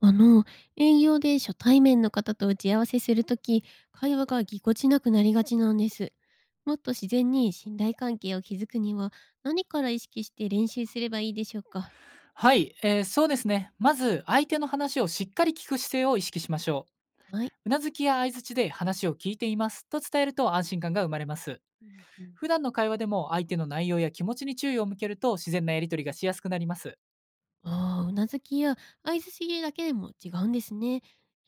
あの、営業で初対面の方と打ち合わせするとき、会話がぎこちなくなりがちなんです。もっと自然に信頼関係を築くには、何から意識して練習すればいいでしょうか？はい、そうですね。まず、相手の話をしっかり聞く姿勢を意識しましょう。はい。うなずきや相づちで話を聞いていますと伝えると安心感が生まれます。うんうん。普段の会話でも相手の内容や気持ちに注意を向けると自然なやり取りがしやすくなります。ああ、うなずきや相槌だけでも違うんですね。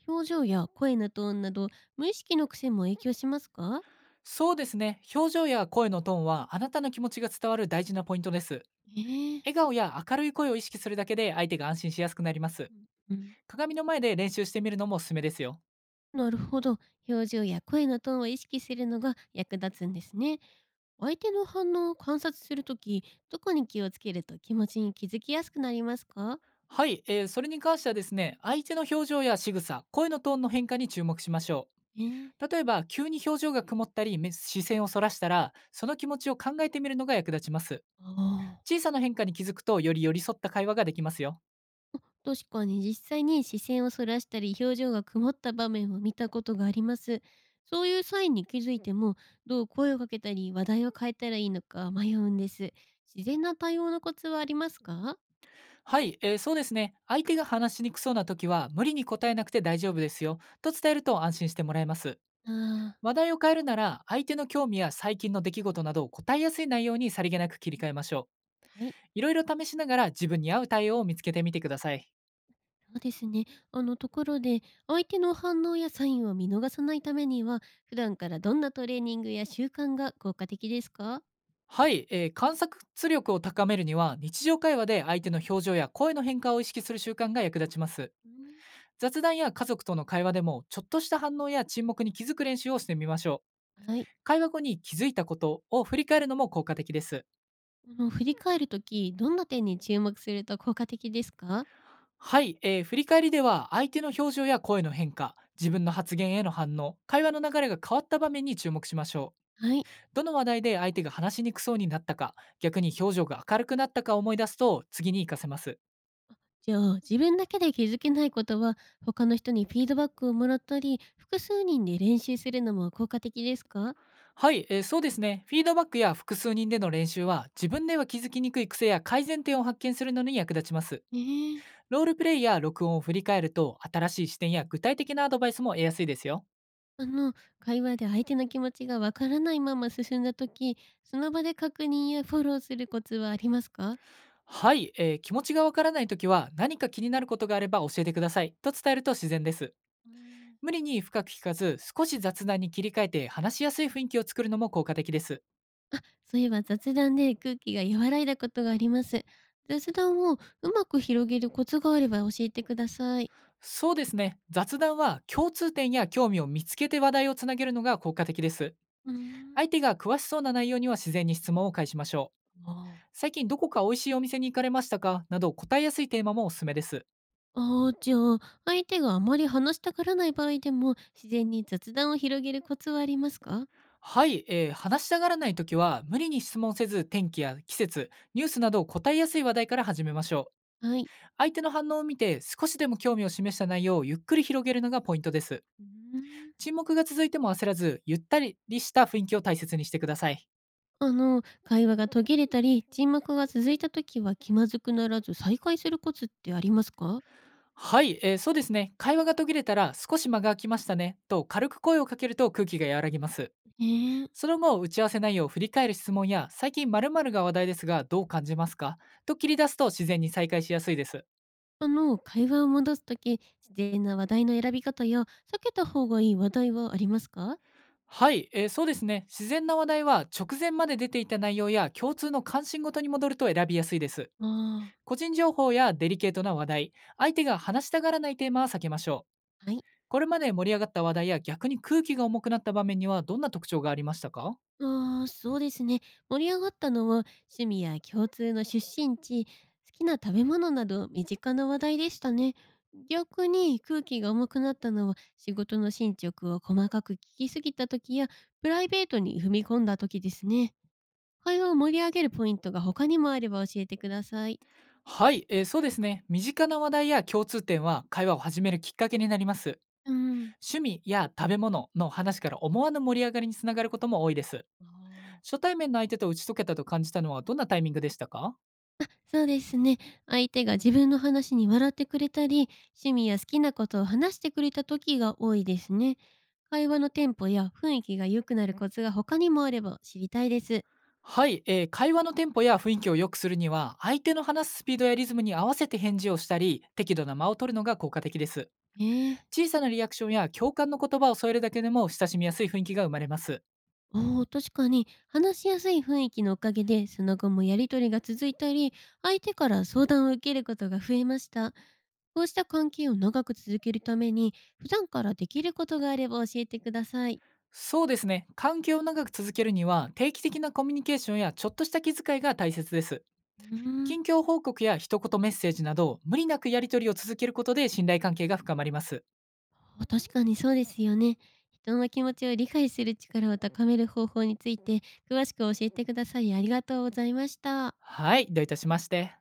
表情や声のトーンなど、無意識の癖も影響しますか？そうですね。表情や声のトーンはあなたの気持ちが伝わる大事なポイントです。ええ。笑顔や明るい声を意識するだけで相手が安心しやすくなります。うんうん。鏡の前で練習してみるのもおすすめですよ。なるほど。表情や声のトーンを意識するのが役立つんですね。相手の反応を観察するとき、どこに気をつけると気持ちに気づきやすくなりますか？はい、それに関してはですね、相手の表情や仕草、声のトーンの変化に注目しましょえー、う。例えば、急に表情が曇ったり、目視線をそらしたら、その気持ちを考えてみるのが役立ちます。ああ、小さな変化に気づくと、より寄り添った会話ができますよ。確かに実際に視線をそらしたり表情が曇った場面を見たことがあります。そういうサインに気づいても、どう声をかけたり話題を変えたらいいのか迷うんです。自然な対応のコツはありますか？はい、そうですね。相手が話しにくそうな時は、無理に答えなくて大丈夫ですよ。と伝えると安心してもらえます。ああ話題を変えるなら、相手の興味や最近の出来事など答えやすい内容にさりげなく切り替えましょう。ー、はい。いろいろ試しながら自分に合う対応を見つけてみてください。そうですね。あの、ところで、相手の反応やサインを見逃さないためには、普段からどんなトレーニングや習慣が効果的ですか？はい、観察力を高めるには、日常会話で相手の表情や声の変化を意識する習慣が役立ちます。うん、雑談や家族との会話でも、ちょっとした反応や沈黙に気づく練習をしてみましょはい。う。会話後に気づいたことを振り返るのも効果的です。あの、振り返るとき、どんな点に注目すると効果的ですか？はい、振り返りでは、相手の表情や声の変化、自分の発言への反応、会話の流れが変わった場面に注目しましょはい。う。どの話題で相手が話しにくそうになったか、逆に表情が明るくなったかを思い出すと次に活かせます。じゃあ、自分だけで気づけないことは、他の人にフィードバックをもらったり、複数人で練習するのも効果的ですか？はい、そうですね。フィードバックや複数人での練習は、自分では気づきにくい癖や改善点を発見するのに役立ちます。ねえ。ロールプレイや録音を振り返ると、新しい視点や具体的なアドバイスも得やすいですよ。あの、会話で相手の気持ちがわからないまま進んだとき、その場で確認やフォローするコツはありますか？はい、気持ちがわからないときは、何か気になることがあれば教えてくださいと伝えると自然です。うーん、無理に深く聞かず、少し雑談に切り替えて話しやすい雰囲気を作るのも効果的です。そういえば雑談で空気が和らいだことがあります。雑談をうまく広げるコツがあれば教えてください。そうですね。雑談は共通点や興味を見つけて話題をつなげるのが効果的です。うーん。相手が詳しそうな内容には自然に質問を返しましょう。ああ。最近どこか美味しいお店に行かれましたかなど、答えやすいテーマもおすすめです。ああ、じゃあ、相手があまり話したがらない場合でも、自然に雑談を広げるコツはありますか？はい、話したがらないときは、無理に質問せず、天気や季節、ニュースなど答えやすい話題から始めましょう。はい。相手の反応を見て、少しでも興味を示した内容をゆっくり広げるのがポイントです。うーん。沈黙が続いても焦らず、ゆったりした雰囲気を大切にしてください。あの、会話が途切れたり、沈黙が続いた時は気まずくならず再開するコツってありますか？はい、そうですね。会話が途切れたら、少し間が空きましたねと軽く声をかけると空気が和らぎます。ええ。その後、打ち合わせ内容を振り返る質問や、最近〇〇が話題ですが、どう感じますかと切り出すと自然に再開しやすいです。あの、会話を戻すとき、自然な話題の選び方や、避けた方がいい話題はありますか？はい、そうですね。自然な話題は、直前まで出ていた内容や共通の関心ごとに戻ると選びやすいです。あ。個人情報やデリケートな話題、相手が話したがらないテーマは避けましょう。はい。これまで盛り上がった話題や、逆に空気が重くなった場面にはどんな特徴がありましたか？ああ、そうですね。盛り上がったのは、趣味や共通の出身地、好きな食べ物など、身近な話題でしたね。逆に空気が重くなったのは、仕事の進捗を細かく聞きすぎた時や、プライベートに踏み込んだ時ですね。会話を盛り上げるポイントが他にもあれば教えてください。はい、そうですね。身近な話題や共通点は会話を始めるきっかけになります。あ、うん。趣味や食べ物の話から思わぬ盛り上がりにつながることも多いです。ああ初対面の相手と打ち解けたと感じたのはどんなタイミングでしたか？そうですね。相手が自分の話に笑ってくれたり、趣味や好きなことを話してくれた時が多いですね。会話のテンポや雰囲気が良くなるコツが他にもあれば知りたいです。はい、会話のテンポや雰囲気を良くするには、相手の話すスピードやリズムに合わせて返事をしたり、適度な間を取るのが効果的です。ええ。小さなリアクションや共感の言葉を添えるだけでも、親しみやすい雰囲気が生まれます。おお、確かに話しやすい雰囲気のおかげで、その後もやりとりが続いたり、相手から相談を受けることが増えました。こうした関係を長く続けるために、普段からできることがあれば教えてください。そうですね。関係を長く続けるには、定期的なコミュニケーションやちょっとした気遣いが大切です。うーん。近況報告や一言メッセージなど、無理なくやり取りを続けることで信頼関係が深まります。あ確かにそうですよね。人の気持ちを理解する力を高める方法について詳しく教えてくださりありがとうございました。はい、どういたしまして。